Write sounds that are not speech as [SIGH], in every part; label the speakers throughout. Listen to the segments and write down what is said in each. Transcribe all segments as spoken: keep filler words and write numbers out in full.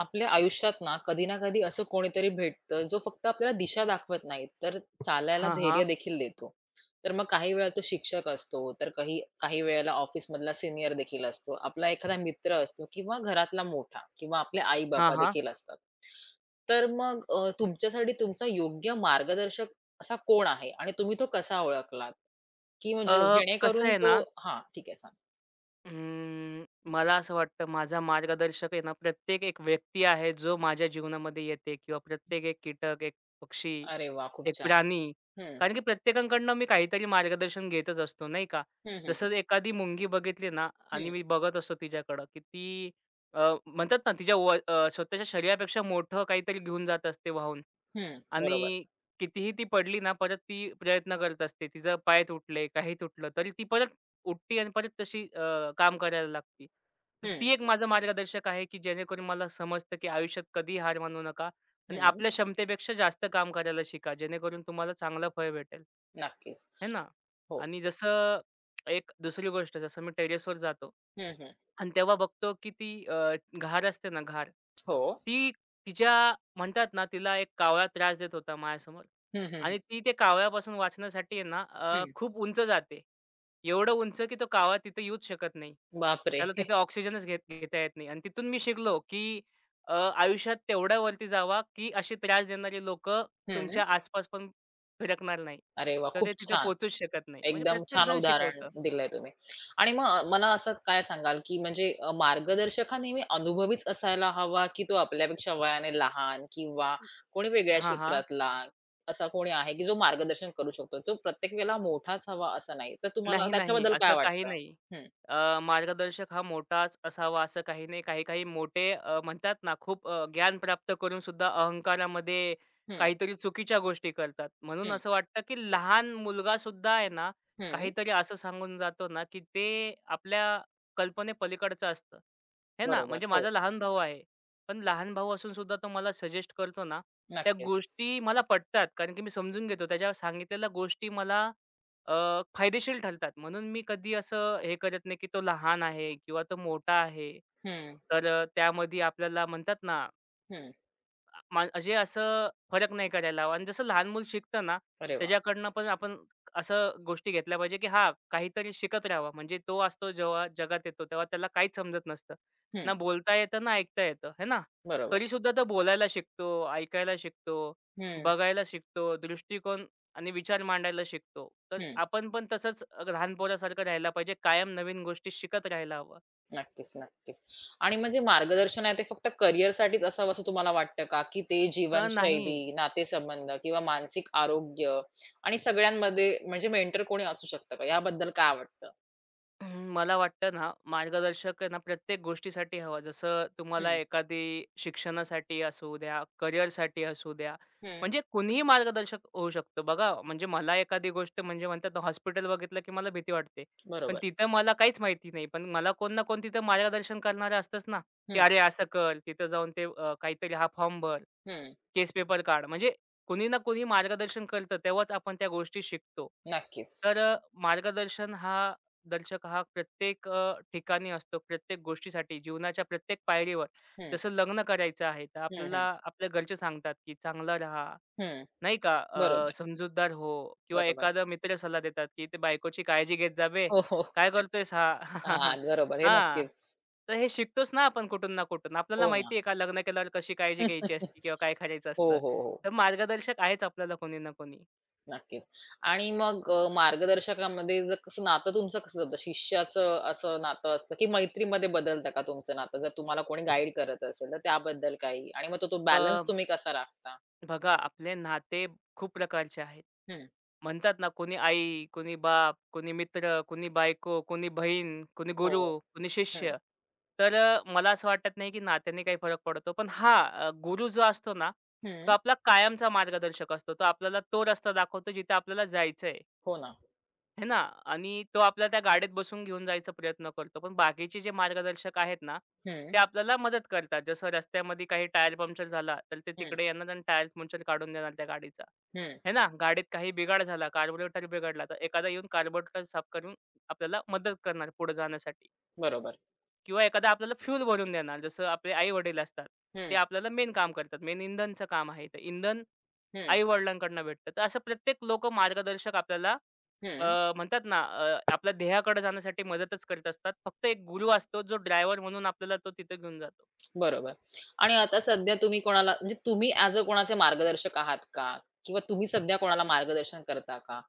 Speaker 1: आपल्या आयुष्यात ना कधी ना कधी असं कोणीतरी भेटतं जो फक्त आपल्याला दिशा दाखवत नाही तर चालायला
Speaker 2: हां, हां.
Speaker 1: धैर्य देखील देतो. तर मग काही वेळा तो शिक्षक असतो, तर काही काही वेळेला ऑफिस मधला सिनियर देखील असतो, आपला एखादा मित्र असतो किंवा घरातला मोठा किंवा आपले आई
Speaker 2: हां,
Speaker 1: बाबा
Speaker 2: हां.
Speaker 1: देखील असतात. तर मग अ, तुमच्यासाठी तुमचा योग्य मार्गदर्शक असा कोण आहे आणि तुम्ही तो कसा ओळखलात? की
Speaker 2: अ,
Speaker 1: म्हणजे
Speaker 2: कसं
Speaker 1: जेणेकरून
Speaker 2: आहे
Speaker 1: तो
Speaker 2: ना,
Speaker 1: हा ठीक आहे, सांग.
Speaker 2: अं, मला असं वाटतं माझा मार्गदर्शक आहे ना, प्रत्येक एक व्यक्ती आहे जो माझ्या जीवनामध्ये येते किंवा प्रत्येक एक कीटक, एक पक्षी,
Speaker 1: अरे वा, खूप
Speaker 2: एक
Speaker 1: छान.
Speaker 2: प्राणी.
Speaker 1: हम्म.
Speaker 2: कारण की प्रत्येकाकडनं मी काहीतरी मार्गदर्शन घेतच असतो, नाही का?
Speaker 1: हम्म. हम्म.
Speaker 2: जसं एखादी मुंगी बघितली ना
Speaker 1: हम्म.
Speaker 2: आणि मी बघत असतो तिच्याकडं, की ती अ, म्हणतात ना तिच्या व अ, स्वतःच्या शरीरापेक्षा मोठं काहीतरी घेऊन जात असते वाहून
Speaker 1: हम्म, बरोबर.
Speaker 2: आणि कितीही ती पडली ना, परत ती प्रयत्न करत असते. तिचा पाय तुटले, काही तुटलं, तरी ती परत उठती आणि परत तशी अ, काम करायला लागती. तर
Speaker 1: हम्म.
Speaker 2: ती एक माझं मार्गदर्शक आहे, की जेणेकरून मला समजतं, की आयुष्यात कधीही हार मानू नका आणि
Speaker 1: हम्म.
Speaker 2: आपल्या क्षमतेपेक्षा जास्त काम करायला शिका, जेणेकरून तुम्हाला चांगलं फळ भेटेल.
Speaker 1: नक्कीच.
Speaker 2: है ना?
Speaker 1: हो.
Speaker 2: आणि जसं एक दुसरी गोष्ट जसं मी टेरेसवर जातो
Speaker 1: हं, हं.
Speaker 2: आणि तेव्हा बघतो, की ती अ, घार असते ना घार,
Speaker 1: हो.
Speaker 2: ती तिच्या म्हणतात ना, तिला एक कावळा त्रास देत होता माझ्यासमोर
Speaker 1: हं, हं.
Speaker 2: आणि ती ते कावळ्यापासून वाचण्यासाठी आहे ना अ,
Speaker 1: हं.
Speaker 2: खूप उंच जाते. एवढं उंच की तो कावा तिथं येऊच शकत नाही.
Speaker 1: बापरे!
Speaker 2: त्याला
Speaker 1: [LAUGHS]
Speaker 2: तिथं ऑक्सिजनच घेत घेता येत नाही आणि तिथून मी शिकलो की अ, आयुष्यात तेवढ्या वरती जावा की असे त्रास देणारी लोकं
Speaker 1: हं.
Speaker 2: तुमच्या आसपास पण फिरकणार नाही.
Speaker 1: अरे वाह!
Speaker 2: तर
Speaker 1: खूप
Speaker 2: ते तिथे
Speaker 1: छान.
Speaker 2: पोहचूच शकत नाही. म्हणजे
Speaker 1: एकदम छान
Speaker 2: प्रत्येकजण
Speaker 1: उदाहरण
Speaker 2: शिकवतं.
Speaker 1: दिलंय तुम्ही. आणि मग मला असं काय सांगाल, की म्हणजे अ, मार्गदर्शक हा नेहमी अनुभवीच असायला हवा, की तो आपल्यापेक्षा वयाने लहान किंवा कोणी वेगळ्या
Speaker 2: हां, हां.
Speaker 1: क्षेत्रातला असा कोणी आहे, की जो मार्गदर्शन करू शकतो, जो प्रत्येक वेळेला मोठाच हवा असं नाही. तर तुम्हाला
Speaker 2: नाही, नाही.
Speaker 1: त्याच्याबद्दल काय
Speaker 2: असं काही
Speaker 1: वाटतं?
Speaker 2: नाही.
Speaker 1: हं,
Speaker 2: अ, मार्गदर्शक हा मोठाच असावा असं काही नाही. काही-काही मोठे अ, म्हणतात ना, खूप अ, ज्ञान प्राप्त करून सुद्धा अहंकारामध्ये
Speaker 1: हं,
Speaker 2: काहीतरी चुकीच्या गोष्टी करतात. म्हणून
Speaker 1: हं,
Speaker 2: असं वाटतं, की लहान मुलगा सुद्धा आहे ना,
Speaker 1: हं.
Speaker 2: काहीतरी असं सांगून जातो ना, की ते आपल्या कल्पनेपलीकडचं असतं. हे ना,
Speaker 1: बरोबर.
Speaker 2: म्हणजे
Speaker 1: हो,
Speaker 2: माझा लहान भाऊ आहे. पण लहान भाऊ असून सुद्धा तो मला सजेस्ट करतो ना, त्या
Speaker 1: नक्कीच.
Speaker 2: गोष्टी मला पटतात. कारण की मी समजून घेतो. त्याच्या सांगितलेल्या गोष्टी मला अ, फायदेशीर ठरतात. म्हणून मी कधी असं हे करत नाही, की तो लहान आहे किंवा तो मोठा आहे.
Speaker 1: हं,
Speaker 2: तर अ, त्यामध्ये आपल्याला म्हणतात ना,
Speaker 1: हं.
Speaker 2: मा- म्हणजे असं फरक नाही करायला हवा आणि जसं लहान मूल शिकतं ना,
Speaker 1: अरे वाह!
Speaker 2: त्याच्याकडनं पण आपण असं गोष्टी घेतल्या पाहिजे, की हां, काहीतरी शिकत राहावा. म्हणजे तो असतो जेव्हा जगात येतो, तेव्हा त्याला काहीच समजत नसतं.
Speaker 1: हं.
Speaker 2: ना बोलता येतं, ना ऐकता येतं, है ना?
Speaker 1: बरोबर.
Speaker 2: तरीसुद्धा तो बोलायला शिकतो, ऐकायला शिकतो,
Speaker 1: हं,
Speaker 2: बघायला शिकतो, दृष्टिकोन आणि विचार मांडायला शिकतो. तर
Speaker 1: हं.
Speaker 2: आपण पण तसंच लहान पोरासारखं राहायला पाहिजे. कायम नवीन गोष्टी शिकत राहायला हवं.
Speaker 1: नक्कीच, नक्कीच. आणि मग मार्गदर्शन आहे ते फक्त करिअरसाठीच असावं असं तुम्हाला वाटतं का? की ते
Speaker 2: अ, नाही.
Speaker 1: जीवनशैली, नातेसंबंध किंवा मानसिक आरोग्य आणि सगळ्यांमध्ये म्हणजे मेंटर कोणी असू शकतं का? याबद्दल काय वाटतं?
Speaker 2: हं, मला वाटतं ना, मार्गदर्शक आहे ना, प्रत्येक गोष्टीसाठी हवा. जसं तुम्हाला
Speaker 1: हं,
Speaker 2: एखादी शिक्षणासाठी असू द्या, करिअरसाठी असू द्या,
Speaker 1: हं.
Speaker 2: म्हणजे कुणीही मार्गदर्शक होऊ शकतो. बघा, म्हणजे मला एखादी गोष्ट म्हणजे म्हणतात ना, हॉस्पिटल बघितलं की मला भीती वाटते. पण
Speaker 1: बरोबर.
Speaker 2: तिथं मला काहीच माहिती नाही. पण मला कोण ना कोण तिथं मार्गदर्शन करणारं असतंच ना, की
Speaker 1: हं,
Speaker 2: "अरे, असं कर, तिथं जाऊन ते अ, काहीतरी हा फॉर्म भर,
Speaker 1: हं.
Speaker 2: केस पेपर काढ." म्हणजे कुणी ना कुणी मार्गदर्शन करतं, तेव्हाच आपण त्या गोष्टी शिकतो.
Speaker 1: नक्कीच.
Speaker 2: तर अ, मार्गदर्शन हा दर्शक हा प्रत्येक अ, ठिकाणी असतो, प्रत्येक गोष्टीसाठी, जीवनाच्या प्रत्येक पायरीवर.
Speaker 1: हं,
Speaker 2: जसं लग्न करायचं आहे, तर
Speaker 1: हं,
Speaker 2: आपल्याला
Speaker 1: हं,
Speaker 2: आपल्या घरचे सांगतात, की चांगला राहा,
Speaker 1: हं.
Speaker 2: नाही का, अ,
Speaker 1: बरोबर,
Speaker 2: समजूतदार हो किंवा
Speaker 1: बरोबर.
Speaker 2: एखादा मित्र सल्ला देतात, की "ते बायकोची काळजी घेत जा
Speaker 1: हो, हो.
Speaker 2: काय करतोयस हा?"
Speaker 1: हां,
Speaker 2: [LAUGHS]
Speaker 1: बरोबर. हे
Speaker 2: हां.
Speaker 1: नक्कीच.
Speaker 2: तर हे शिकतोच ना आपण कुठून ना कुठून. आपल्याला
Speaker 1: हो
Speaker 2: माहिती
Speaker 1: ना.
Speaker 2: आहे का लग्न केल्यावर कशी काळजी घ्यायची असते
Speaker 1: [LAUGHS] हो,
Speaker 2: किंवा काय करायचं
Speaker 1: हो,
Speaker 2: असतं.
Speaker 1: हो.
Speaker 2: तर मार्गदर्शक आहेच आपल्याला कोणी ना कोणी.
Speaker 1: नक्कीच. आणि मग अ, मार्गदर्शकामध्ये जर कसं नातं तुमचं कसं जातं? शिष्याचं असं नातं असतं, की मैत्रीमध्ये बदलतं का तुमचं नातं? जर तुम्हाला कोणी गाईड करत असेल, तर त्याबद्दल काही? आणि मग तो तो बॅलन्स तुम्ही कसा राखता?
Speaker 2: बघा आपले नाते खूप प्रकारचे आहेत.
Speaker 1: हं.
Speaker 2: म्हणतात ना कोणी आई, कोणी बाप, कोणी मित्र, कोणी बायको, कोणी बहीण, कोणी
Speaker 1: हो.
Speaker 2: गुरु, कोणी
Speaker 1: हं.
Speaker 2: शिष्य. तर अ, मला असं वाटत नाही की नात्याने काही फरक पडतो. पण हां, अ, गुरु जो असतो ना, तो
Speaker 1: हं.
Speaker 2: आपला कायमचा मार्गदर्शक असतो. तो आपल्याला तो रस्ता दाखवतो जिथे आपल्याला जायचंय.
Speaker 1: हो ना.
Speaker 2: आहे ना? आणि तो आपला त्या गाडीत बसून घेऊन जायचा प्रयत्न करतो. पण बाकीचे जे मार्गदर्शक आहेत ना,
Speaker 1: हं.
Speaker 2: ते आपल्याला मदत करतात. जसं रस्त्यामध्ये काही टायर पंक्चर झाला, तर ते
Speaker 1: हं.
Speaker 2: तिकडे येणार आणि टायर पंक्चर काढून देणार त्या गाडीचा.
Speaker 1: हं.
Speaker 2: आहे ना? गाडीत काही बिघाड झाला, कार्बोरेटर बिघडला, तर एखादा येऊन कार्बोरेटर साफ करून आपल्याला मदत करणार पुढे जाण्यासाठी.
Speaker 1: बरोबर.
Speaker 2: किंवा एखादा आपल्याला फ्यूल भरून देणार. जसं आपले आई-वडील असतात. ते
Speaker 1: हं.
Speaker 2: आपल्याला मेन काम करतात. मेन इंधनचं काम आहे. तर इंधन
Speaker 1: हं.
Speaker 2: आई-वडिलांकडनं भेटतं. तर असं प्रत्येक लोकं मार्गदर्शक आपल्याला
Speaker 1: हं.
Speaker 2: अ, म्हणतात ना अ, आपल्या ध्येयाकडे जाण्यासाठी मदतच करत असतात. फक्त एक गुरु असतो जो ड्रायव्हर म्हणून आपल्याला तो तिथे घेऊन जातो.
Speaker 1: बरोबर. आणि आता सध्या तुम्ही कोणाला म्हणजे तुम्ही ॲज अ कोणाचे मार्गदर्शक आहात का? किंवा तुम्ही सध्या कोणाला मार्गदर्शन करता का?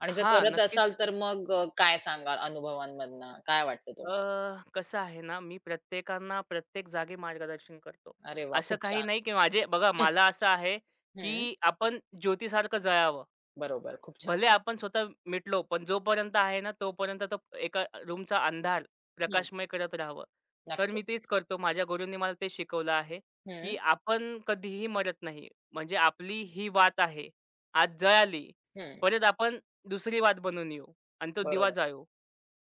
Speaker 1: आणि जर
Speaker 2: हां,
Speaker 1: करत असाल
Speaker 2: नक्कीच.
Speaker 1: तर मग अ, काय सांगाल अनुभवांमधनं? काय वाटतं तुम्हाला?
Speaker 2: अ, कसं आहे ना, मी प्रत्येकांना प्रत्येक जागी मार्गदर्शन करतो.
Speaker 1: अरे वाह!
Speaker 2: असं
Speaker 1: खूप
Speaker 2: काही
Speaker 1: छान.
Speaker 2: नाही की माझे बघा
Speaker 1: हं,
Speaker 2: मला असं आहे,
Speaker 1: हं.
Speaker 2: की आपण ज्योतीसारखं जळावं.
Speaker 1: बरोबर. खूप छान.
Speaker 2: भले आपण स्वतः मिटलो, पण जोपर्यंत आहे ना, तोपर्यंत तो एका रूमचा अंधार
Speaker 1: हं.
Speaker 2: प्रकाशमय करत राहावं. तर मी
Speaker 1: नक्कीच.
Speaker 2: तेच करतो. माझ्या गुरूंनी मला ते शिकवलं आहे, की
Speaker 1: हं,
Speaker 2: आपण कधीही मरत नाही. म्हणजे आपली ही वात आहे. आज जळाली,
Speaker 1: हं.
Speaker 2: परत आपण दुसरी वात बनवून येऊ आणि तो दिवा
Speaker 1: बरोबर.
Speaker 2: जाळू.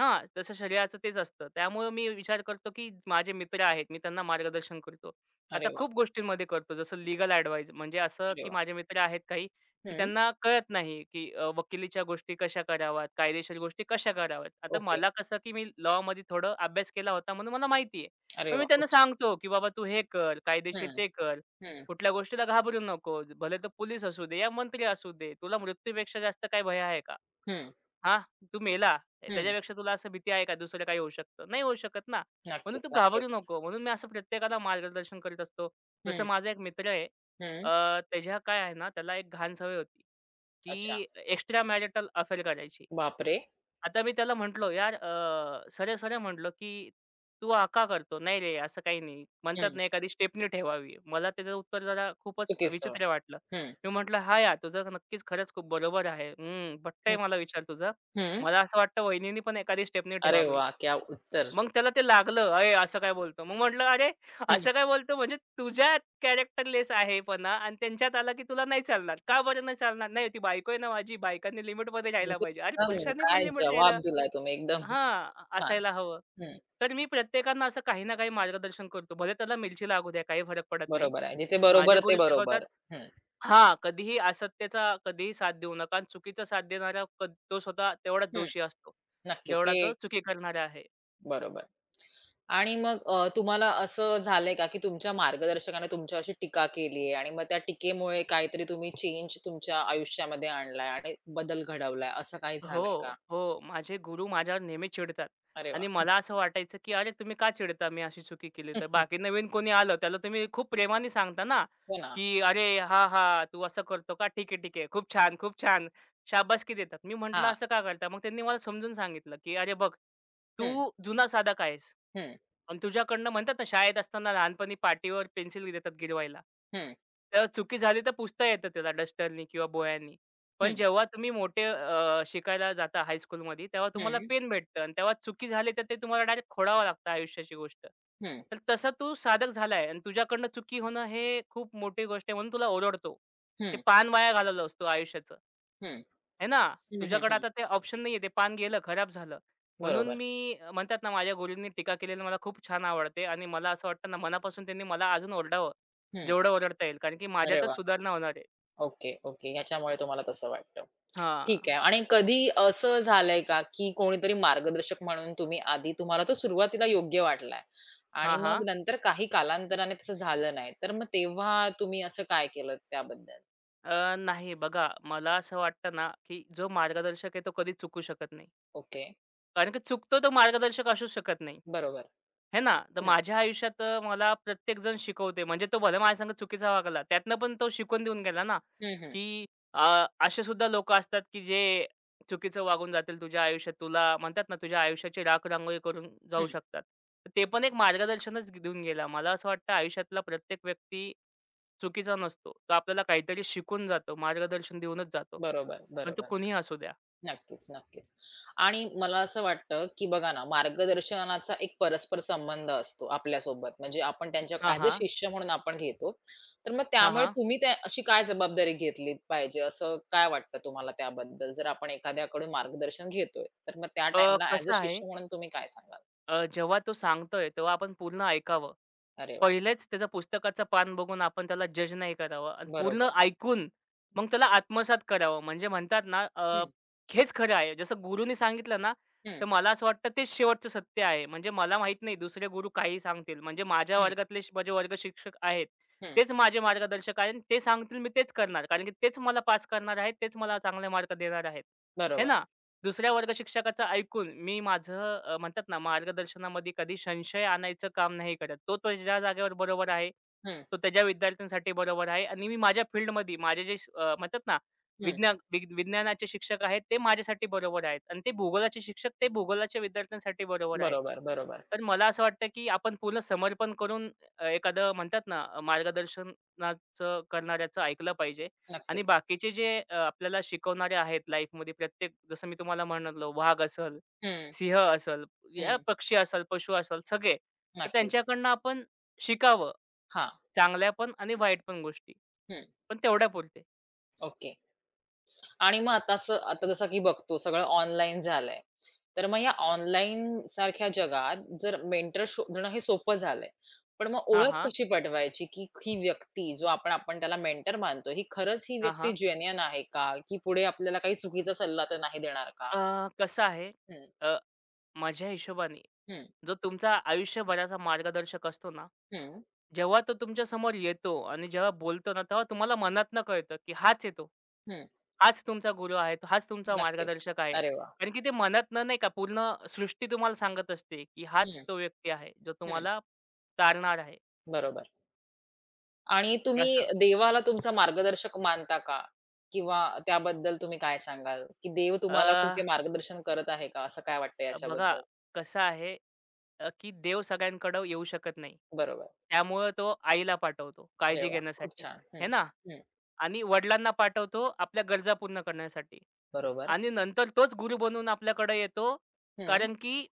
Speaker 2: हां, तसं शरीराचं तेच असतं. त्यामुळं मी विचार करतो, की माझे मित्र आहेत, मी त्यांना मार्गदर्शन करतो. आता
Speaker 1: अरे वाह!
Speaker 2: खूप गोष्टींमध्ये करतो, जसं लीगल ॲडवाईस म्हणजे असं,
Speaker 1: अरे
Speaker 2: की
Speaker 1: वाह!
Speaker 2: माझे मित्र आहेत काही, की
Speaker 1: हं.
Speaker 2: त्यांना कळत नाही, की अ, वकिलीच्या गोष्टी कशा कराव्यात, कायदेशीर गोष्टी कशा कराव्यात. आता
Speaker 1: ओके.
Speaker 2: मला कसं, की मी लॉमध्ये थोडं अभ्यास केला होता म्हणून मला माहिती आहे.
Speaker 1: अरे
Speaker 2: मग मी
Speaker 1: वाह! खूप
Speaker 2: त्यांना
Speaker 1: छान.
Speaker 2: सांगतो, की "बाबा तू हे कर, कायदेशीर
Speaker 1: हं,
Speaker 2: ते कर.
Speaker 1: हं,
Speaker 2: कुठल्या गोष्टीला घाबरू नको. भले तो पोलीस असू दे या मंत्री असू दे. तुला मृत्यूपेक्षा जास्त काय भय आहे का?
Speaker 1: हं,
Speaker 2: हां, तू मेला. ए,
Speaker 1: हं.
Speaker 2: त्याच्यापेक्षा तुला असं भीती आहे का दुसरं काही होऊ शकतं? नाही होऊ शकत ना. म्हणून
Speaker 1: नक्कीच,
Speaker 2: तू घाबरू
Speaker 1: नक्कीच.
Speaker 2: नको. म्हणून मी असं प्रत्येकाला मार्गदर्शन करीत असतो. जसं
Speaker 1: हं,
Speaker 2: माझा एक मित्र आहे.
Speaker 1: हं.
Speaker 2: अ, त्याच्या काय आहे ना, त्याला एक घाण सवय होती,
Speaker 1: अच्छा.
Speaker 2: की एक्स्ट्रा मॅरिटल अफेअर करायची.
Speaker 1: बापरे!
Speaker 2: आता मी त्याला म्हटलो, "यार अ, सरळ-सरळ म्हटलो, की तू हा करतो?" "नाही रे, असं काही नाही." म्हणतात
Speaker 1: हं.
Speaker 2: ना एखादी स्टेपनी ठेवावी. मला त्याचं उत्तर जरा खूपच
Speaker 1: चुकीचं.
Speaker 2: विचित्र वाटलं.
Speaker 1: हं,
Speaker 2: मी म्हटलं, "हां यार, तुझं नक्कीच खरंच खूप बरोबर आहे. हं,
Speaker 1: हं,
Speaker 2: पटतंय मला विचार तुझा."
Speaker 1: हं.
Speaker 2: मला असं वाटतं वहिनीनी पण एखादी स्टेपनी
Speaker 1: अरे
Speaker 2: ठेवावी.
Speaker 1: वाह! क्या उत्तर!
Speaker 2: मग त्याला ते लागलं, "अरे असं काय बोलतो?" मग म्हटलं, "अरे
Speaker 1: हं.
Speaker 2: असं काय बोलतो म्हणजे तुझ्यात कॅरेक्टरलेस आहेपणा आणि त्यांच्यात आला की तुला नाही चालणार." "का बरं नाही चालणार?" "नाही ती बायको आहे ना माझी, बायकांनी लिमिटमध्ये राहायला
Speaker 1: म्हणजे
Speaker 2: पाहिजे." अरे
Speaker 1: एकदम
Speaker 2: पुरुषांनी पण
Speaker 1: काय
Speaker 2: लिमिट राहायला
Speaker 1: जवाब दिलाय तुम्ही एकदम. खूप
Speaker 2: हां,
Speaker 1: छान.
Speaker 2: असायला हवं.
Speaker 1: हं.
Speaker 2: तर मी प्रत्येकांना असं काही ना काही मार्गदर्शन करतो. भले त्याला मिरची लागू द्या, काही फरक पडत नाही.
Speaker 1: बरोबर आहे. जिथे
Speaker 2: माझे
Speaker 1: बरोबर ते
Speaker 2: गुरु शिकवतात
Speaker 1: बरोबर. हं,
Speaker 2: हां, कधीही असत्याचा कधीही साथ देऊ नका आणि चुकीचा साथ देणारा कद तो स्वतः तेवढाच
Speaker 1: हं.
Speaker 2: दोषी असतो,
Speaker 1: नक्कीच
Speaker 2: जेवढा
Speaker 1: हे
Speaker 2: तो चुकी करणारा आहे.
Speaker 1: बरोबर. आणि मग अ, तुम्हाला असं झालंय का, की तुमच्या मार्गदर्शकाने तुमच्यावर अशी टीका केली आहे आणि मग त्या टीकेमुळे काहीतरी तुम्ही चेंज तुमच्या आयुष्यामध्ये आणलाय आणि बदल घडवलाय, असं काही झालंय का?
Speaker 2: हो, हो. माझे गुरु माझ्यावर नेहमी चिडतात
Speaker 1: अरे
Speaker 2: आणि
Speaker 1: वाह!
Speaker 2: मला असं वाटायचं, की "अरे, तुम्ही का चिडता मी अशी चुकी केली तर?" बाकी नवीन कोणी आलं त्याला तुम्ही खूप प्रेमाने सांगता ना,
Speaker 1: हो ना.
Speaker 2: की "अरे, हां, हां, तू असं करतो का? ठीक आहे, ठीक आहे. खूप छान, खूप छान." शाबासकी देतात. मी म्हटलं,
Speaker 1: हां.
Speaker 2: "असं का करता?" मग त्यांनी मला समजून सांगितलं, की "अरे, बघ,
Speaker 1: हं,
Speaker 2: तू जुना साधक आहेस
Speaker 1: हं,
Speaker 2: आणि तुझ्याकडनं" म्हणतात ना, शाळेत असताना लहानपणी पाटीवर पेन्सिल देतात गिरवायला.
Speaker 1: हं,
Speaker 2: तर चुकी झाली तर पुसता येतं त्याला डस्टरनी किंवा बोळ्यांनी. पण
Speaker 1: हं,
Speaker 2: जेव्हा तुम्ही मोठे अ, शिकायला जाता हायस्कूलमध्ये, तेव्हा तुम्हाला
Speaker 1: हं,
Speaker 2: पेन भेटतं आणि तेव्हा चुकी झाली, तर ते तुम्हाला डायरेक्ट खोडावं लागतं आयुष्याची गोष्ट.
Speaker 1: हं,
Speaker 2: तर तसा तू साधक झालाय आणि तुझ्याकडनं चुकी होणं हे खूप मोठी गोष्ट आहे म्हणून तुला ओरडतो. ते
Speaker 1: हं,
Speaker 2: पान वाया घालवलंस तू आयुष्याचं.
Speaker 1: हं,
Speaker 2: आहे ना?
Speaker 1: हं, हं,
Speaker 2: तुझ्याकडे
Speaker 1: हं.
Speaker 2: आता ते ऑप्शन नाहीये. ते पान गेलं, खराब झालं. म्हणून
Speaker 1: बरोबर.
Speaker 2: मी अ, म्हणतात ना, माझ्या गुरूंनी टीका केलेली मला खूप छान आवडते आणि मला असं वाटतं ना, मनापासून त्यांनी मला अजून ओरडावं,
Speaker 1: हं.
Speaker 2: जेवढं ओरडता येईल. कारण की
Speaker 1: अरे
Speaker 2: माझ्यातच
Speaker 1: वाह!
Speaker 2: सुधारणा होणार आहे.
Speaker 1: Okay, okay. याच्यामुळे तुम्हाला तसं वाटतं. ठीक
Speaker 2: हां.
Speaker 1: आहे, आणि कधी असं झालंय का, की कोणीतरी मार्गदर्शक म्हणून तुम्ही आधी तुम्हाला तो सुरुवातीला योग्य वाटलाय आणि
Speaker 2: हां,
Speaker 1: मग
Speaker 2: हां.
Speaker 1: नंतर काही कालांतराने तसं झालं नाही, तर मग तेव्हा तुम्ही असं काय केलं त्याबद्दल?
Speaker 2: अ, नाही बघा मला असं वाटतं ना, की जो मार्गदर्शक आहे तो कधीच चुकू शकत नाही.
Speaker 1: ओके.
Speaker 2: कारण की चुकतो तो मार्गदर्शक असूच शकत नाही.
Speaker 1: बरोबर.
Speaker 2: है ना? तर
Speaker 1: हं.
Speaker 2: माझ्या आयुष्यात अ, मला प्रत्येकजण शिकवते. म्हणजे तो भले माझ्यासंग चुकीचा वागला. त्यातनं पण तो शिकवून देऊन गेला ना,
Speaker 1: हं, हं.
Speaker 2: की अ, असे सुद्धा लोकं असतात, की जे चुकीचं वागून जातील तुझ्या आयुष्यात. तुला म्हणतात ना, तुझ्या आयुष्याची राख-रांगोळी करून जाऊ
Speaker 1: हं.
Speaker 2: शकतात. तर ते पण एक मार्गदर्शनच देऊन गेला. मला असं वाटतं आयुष्यातला प्रत्येक व्यक्ती चुकीचा नसतो. तो आपल्याला काहीतरी शिकून जातो. मार्गदर्शन देऊनच जातो.
Speaker 1: बरोबर,
Speaker 2: पण तो
Speaker 1: बरोबर.
Speaker 2: कुणीही असू द्या.
Speaker 1: नक्कीच, नक्कीच. आणि मला असं वाटतं, की बघा ना, मार्गदर्शनाचा एक परस्पर संबंध असतो आपल्यासोबत. म्हणजे आपण त्यांच्या
Speaker 2: हां,
Speaker 1: ॲज अ
Speaker 2: हां.
Speaker 1: शिष्य म्हणून आपण घेतो. तर मग
Speaker 2: हां,
Speaker 1: त्यामुळे
Speaker 2: हां.
Speaker 1: तुम्ही त्या अशी काय जबाबदारी घेतली पाहिजे, असं काय वाटतं तुम्हाला त्याबद्दल? जर आपण एखाद्याकडून मार्गदर्शन घेतोय, तर मग त्या
Speaker 2: अ,
Speaker 1: टाईमला ॲज अ
Speaker 2: कसं आहे
Speaker 1: शिष्य म्हणून तुम्ही काय सांगाल?
Speaker 2: अ, जेव्हा तो सांगतोय तेव्हा आपण पूर्ण ऐकावं.
Speaker 1: अरे वाह!
Speaker 2: पहिलेच त्याचं पुस्तकाचं पान बघून आपण त्याला जज नाही करावं आणि पूर्ण
Speaker 1: बरोबर.
Speaker 2: ऐकून मग त्याला आत्मसात करावं. म्हणजे म्हणतात ना अ,
Speaker 1: हं,
Speaker 2: हेच खरं आहे. जसं गुरूनी सांगितलं ना,
Speaker 1: हं,
Speaker 2: तर मला असं वाटतं तेच शेवटचं सत्य आहे. म्हणजे मला माहीत नाही दुसरे गुरु काहीही सांगतील. म्हणजे माझ्या
Speaker 1: हं,
Speaker 2: वर्गातले श- माझे वर्ग शिक्षक आहेत.
Speaker 1: हं.
Speaker 2: तेच माझे मार्गदर्शक आहेत. ते सांगतील मी तेच करणार. कारण की तेच मला पास करणार आहेत. तेच मला चांगले मार्क देणार आहेत. हे
Speaker 1: बरोबर.
Speaker 2: ना? दुसऱ्या वर्ग शिक्षकाचं ऐकून मी माझं अ, म्हणतात ना मार्गदर्शनामध्ये कधी संशय आणायचं काम नाही करत. तो त्याच्या जागेवर बरोबर आहे.
Speaker 1: हं,
Speaker 2: तो त्याच्या विद्यार्थ्यांसाठी बरोबर आहे आणि मी माझ्या फील्डमध्ये माझे जे श- अ, म्हणतात ना
Speaker 1: हं.
Speaker 2: विज्ञान विग विज्ञानाचे शिक्षक आहेत ते माझ्यासाठी बरोबर आहेत आणि ते भूगोलाचे शिक्षक ते भूगोलाच्या विद्यार्थ्यांसाठी बरोबर आहेत.
Speaker 1: बरोबर, बरोबर.
Speaker 2: तर मला असं वाटतं, की आपण पूर्ण समर्पण करून अ, एखादं म्हणतात ना अ, मार्गदर्शनाचं करणाऱ्याचं ऐकलं पाहिजे. आणि
Speaker 1: नक्कीच.
Speaker 2: बाकीचे जे अ, आपल्याला शिकवणारे आहेत लाईफमध्ये प्रत्येक जसं मी तुम्हाला म्हणालो वाघ असल,
Speaker 1: हं,
Speaker 2: सिंह असल, या
Speaker 1: हं.
Speaker 2: पक्षी असेल, पशु असल, सगळे. तर
Speaker 1: नक्कीच.
Speaker 2: त्यांच्याकडनं आपण शिकावं.
Speaker 1: हां.
Speaker 2: चांगल्या पण आणि वाईट पण गोष्टी.
Speaker 1: हं.
Speaker 2: पण तेवढ्यापुरते.
Speaker 1: ओके. आणि मग आता असं आता जसं की बघतो सगळं ऑनलाईन झालंय. तर मग या ऑनलाईन सारख्या जगात जर मेंटर शोधणं हे सोपं झालंय. पण मग
Speaker 2: हां,
Speaker 1: ओळख
Speaker 2: हां.
Speaker 1: कशी पटवायची, की ही व्यक्ती जो आपण आपण त्याला मेंटर मानतो, ही खरंच ही
Speaker 2: हां,
Speaker 1: व्यक्ती
Speaker 2: हां.
Speaker 1: जेन्युइन आहे का? की पुढे आपल्याला काही चुकीचा सल्ला तर नाही देणार का?
Speaker 2: अ, कसं आहे
Speaker 1: हं,
Speaker 2: माझ्या हिशोबाने,
Speaker 1: हं,
Speaker 2: जो तुमचा आयुष्यभराचा मार्गदर्शक असतो ना,
Speaker 1: हं,
Speaker 2: जेव्हा तो तुमच्या समोर येतो आणि जेव्हा बोलतो ना, तेव्हा तुम्हाला मनातनं कळतं, की हाच आहे तो.
Speaker 1: हं.
Speaker 2: हाच तुमचा गुरु आहे. तो हाच तुमचा
Speaker 1: नक्कीच.
Speaker 2: मार्गदर्शक आहे.
Speaker 1: अरे वाह!
Speaker 2: कारण की ते मनातनं नाही का पूर्ण सृष्टी तुम्हाला सांगत असते, की हाच
Speaker 1: हं,
Speaker 2: तो व्यक्ती आहे, जो
Speaker 1: हं.
Speaker 2: तुम्हाला तारणार आहे.
Speaker 1: बरोबर. आणि तुम्ही
Speaker 2: असं.
Speaker 1: देवाला तुमचा मार्गदर्शक मानता का? किंवा त्याबद्दल तुम्ही काय सांगाल? की देव
Speaker 2: अ,
Speaker 1: तुम्हाला कुठे मार्गदर्शन करत आहे का? असं काय वाटतं
Speaker 2: बघा
Speaker 1: याच्याबद्दल?
Speaker 2: कसं आहे, अ, की देव सगळ्यांकडे येऊ शकत नाही.
Speaker 1: बरोबर.
Speaker 2: त्यामुळं तो आईला पाठवतो
Speaker 1: अरे
Speaker 2: काळजी
Speaker 1: वाह! खूप
Speaker 2: घेण्यासाठी,
Speaker 1: छान.
Speaker 2: हे
Speaker 1: हं,
Speaker 2: ना?
Speaker 1: हं.
Speaker 2: आणि वडिलांना पाठवतो आपल्या गरजा पूर्ण करण्यासाठी.
Speaker 1: बरोबर.
Speaker 2: आणि नंतर तोच गुरु बनून आपल्याकडे येतो.
Speaker 1: हं.
Speaker 2: कारण की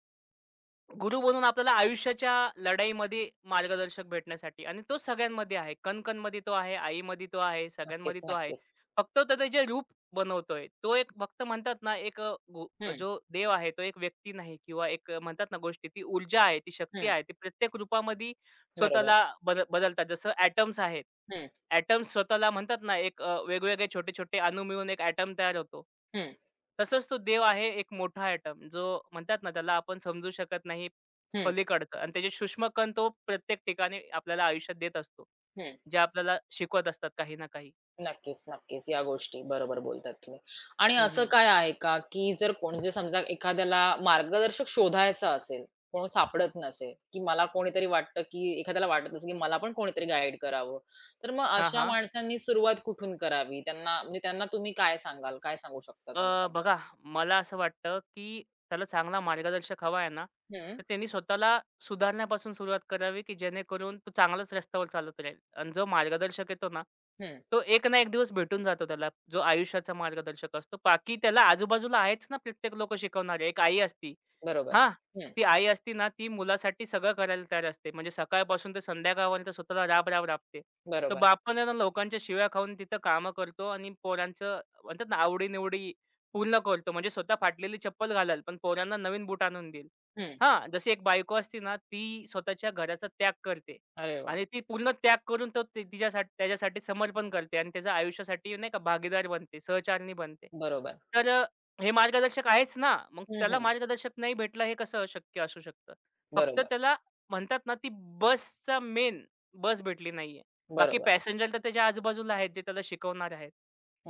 Speaker 2: गुरु बनून आपल्याला आयुष्याच्या लढाईमध्ये मार्गदर्शक भेटण्यासाठी आणि तो सगळ्यांमध्ये आहे. कण तो आहे, आईमध्ये तो आहे,
Speaker 1: नक्कीच,
Speaker 2: सगळ्यांमध्ये तो आहे.
Speaker 1: नक्कीच.
Speaker 2: फक्त त्याचं जे रूप बनवतोय, तो एक फक्त म्हणतात ना, एक अ, गो
Speaker 1: हं,
Speaker 2: जो देव आहे, तो एक व्यक्ती नाही किंवा एक अ, म्हणतात ना गोष्टी, ती ऊर्जा आहे, ती शक्ती
Speaker 1: हं.
Speaker 2: आहे. ती प्रत्येक रूपामध्ये
Speaker 1: बरोबर.
Speaker 2: स्वतःला बदल बदलतात. जसं ॲटम्स आहेत.
Speaker 1: हं,
Speaker 2: ॲटम्स स्वतःला म्हणतात ना, एक अ, वेगवेगळे छोटे-छोटे अणू मिळून एक ॲटम तयार होतो.
Speaker 1: हं,
Speaker 2: तसंच तो देव आहे एक मोठा ॲटम, जो म्हणतात ना, त्याला आपण समजू शकत नाही
Speaker 1: हं,
Speaker 2: पलीकडचं आणि त्याचे सूक्ष्मकण तो प्रत्येक ठिकाणी आपल्याला आयुष्यात देत असतो.
Speaker 1: हं.
Speaker 2: जे आपल्याला शिकवत असतात काही ना काही.
Speaker 1: नक्कीच, नक्कीच. या गोष्टी बरोबर बोलतात तुम्ही. आणि
Speaker 2: हं,
Speaker 1: असं
Speaker 2: हं.
Speaker 1: काय आहे का, की जर कोण जे समजा एखाद्याला मार्गदर्शक शोधायचा असेल, कोण सापडत नसेल, की मला कोणीतरी वाटतं, की एखाद्याला वाटत असेल, की मला पण कोणीतरी गाईड करावं. तर मग
Speaker 2: हां,
Speaker 1: अशा
Speaker 2: हां.
Speaker 1: माणसांनी सुरुवात कुठून करावी? त्यांना म्हणजे त्यांना तुम्ही काय सांगाल? काय सांगू शकता तुम्ही
Speaker 2: अ,
Speaker 1: त्यांना?
Speaker 2: बघा, मला असं वाटतं, की त्याला चांगला मार्गदर्शक हवा आहे ना,
Speaker 1: हं,
Speaker 2: तर त्यांनी स्वतःला सुधारण्यापासून सुरुवात करावी, की जेणेकरून तो चांगल्याच रस्त्यावर चालत राहील. आणि जो मार्गदर्शक येतो ना,
Speaker 1: हं.
Speaker 2: तो एक ना एक दिवस भेटून जातो त्याला, जो आयुष्याचा मार्गदर्शक असतो. बाकी त्याला आजूबाजूला आहेच ना प्रत्येक लोकं शिकवणारे. एक आई असती.
Speaker 1: बरोबर.
Speaker 2: हां,
Speaker 1: हं.
Speaker 2: ती आई असती ना, ती मुलासाठी सगळं करायला तयार असते. म्हणजे सकाळपासून ते संध्याकाळपर्यंत स्वतःला राब-राब राबते. तर
Speaker 1: बरोबर.
Speaker 2: बापानं ना लोकांच्या शिव्या खाऊन तिथं कामं करतो आणि पोरांचं म्हणतात ना आवडी-निवडी पूर्ण करतो. म्हणजे स्वतः फाटलेली चप्पल घालेल, पण पोरांना नवीन बूट आणून देईल.
Speaker 1: हं.
Speaker 2: हां, जशी एक बायको असते ना, ती स्वतःच्या घराचा त्याग करते
Speaker 1: अरे वाह!
Speaker 2: आणि ती पूर्ण त्याग करून तो ती तिच्यासाठी त्याच्यासाठी समर्पण करते आणि त्याच्या आयुष्यासाठी नाही का भागीदार बनते, सहचारिणी बनते.
Speaker 1: बरोबर.
Speaker 2: तर अ, हे मार्गदर्शक आहेच ना. मग
Speaker 1: हं,
Speaker 2: त्याला
Speaker 1: हं.
Speaker 2: मार्गदर्शक नाही भेटलं हे कसं शक्य असू शकतं? फक्त
Speaker 1: बरोबर.
Speaker 2: त्याला म्हणतात ना, ती बसचा मेन बस भेटली नाहीये. बाकी
Speaker 1: बरोबर.
Speaker 2: पॅसेंजर तर त्याच्या आजूबाजूला आहेत, जे त्याला शिकवणारे आहेत,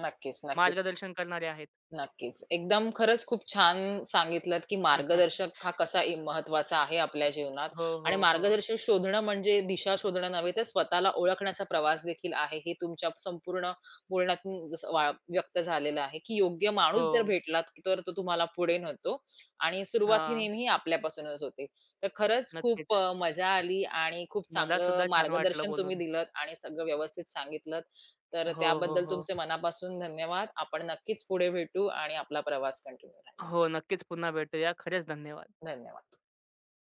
Speaker 1: नक्कीच, नक्कीच.
Speaker 2: मार्गदर्शन करणारे आहेत.
Speaker 1: नक्कीच. एकदम खरंच खूप छान सांगितलत, की
Speaker 2: [LAUGHS]
Speaker 1: मार्गदर्शक हा कसा इ महत्त्वाचा आहे आपल्या जीवनात,
Speaker 2: हो,
Speaker 1: आणि
Speaker 2: हो, हो.
Speaker 1: मार्गदर्शक शोधणं म्हणजे दिशा शोधणं नव्हे, तर स्वतःला ओळखण्याचा प्रवास देखील आहे. हे तुमच्या संपूर्ण बोलण्यातून जसं वा व्यक्त झालेलं आहे, की योग्य माणूस
Speaker 2: हो.
Speaker 1: जर भेटला, की तर तो तुम्हाला पुढे नेतो आणि सुरुवात ही
Speaker 2: हां,
Speaker 1: नेहमी आपल्यापासूनच होते. तर खरंच खूप
Speaker 2: नक्कीच.
Speaker 1: अ, मजा आली आणि खूप
Speaker 2: मला
Speaker 1: चांगलं
Speaker 2: सुद्धा छान वाटलं
Speaker 1: मार्गदर्शन तुम्ही
Speaker 2: बोलून.
Speaker 1: दिलत आणि सगळं व्यवस्थित सांगितलत. तर
Speaker 2: हो, हो,
Speaker 1: त्याबद्दल
Speaker 2: हो.
Speaker 1: तुमचे मनापासून धन्यवाद. आपण नक्कीच पुढे भेटू आणि आपला प्रवास कंटिन्यू राहील.
Speaker 2: हो, नक्कीच पुन्हा भेटूया. खरंच धन्यवाद.
Speaker 1: धन्यवाद.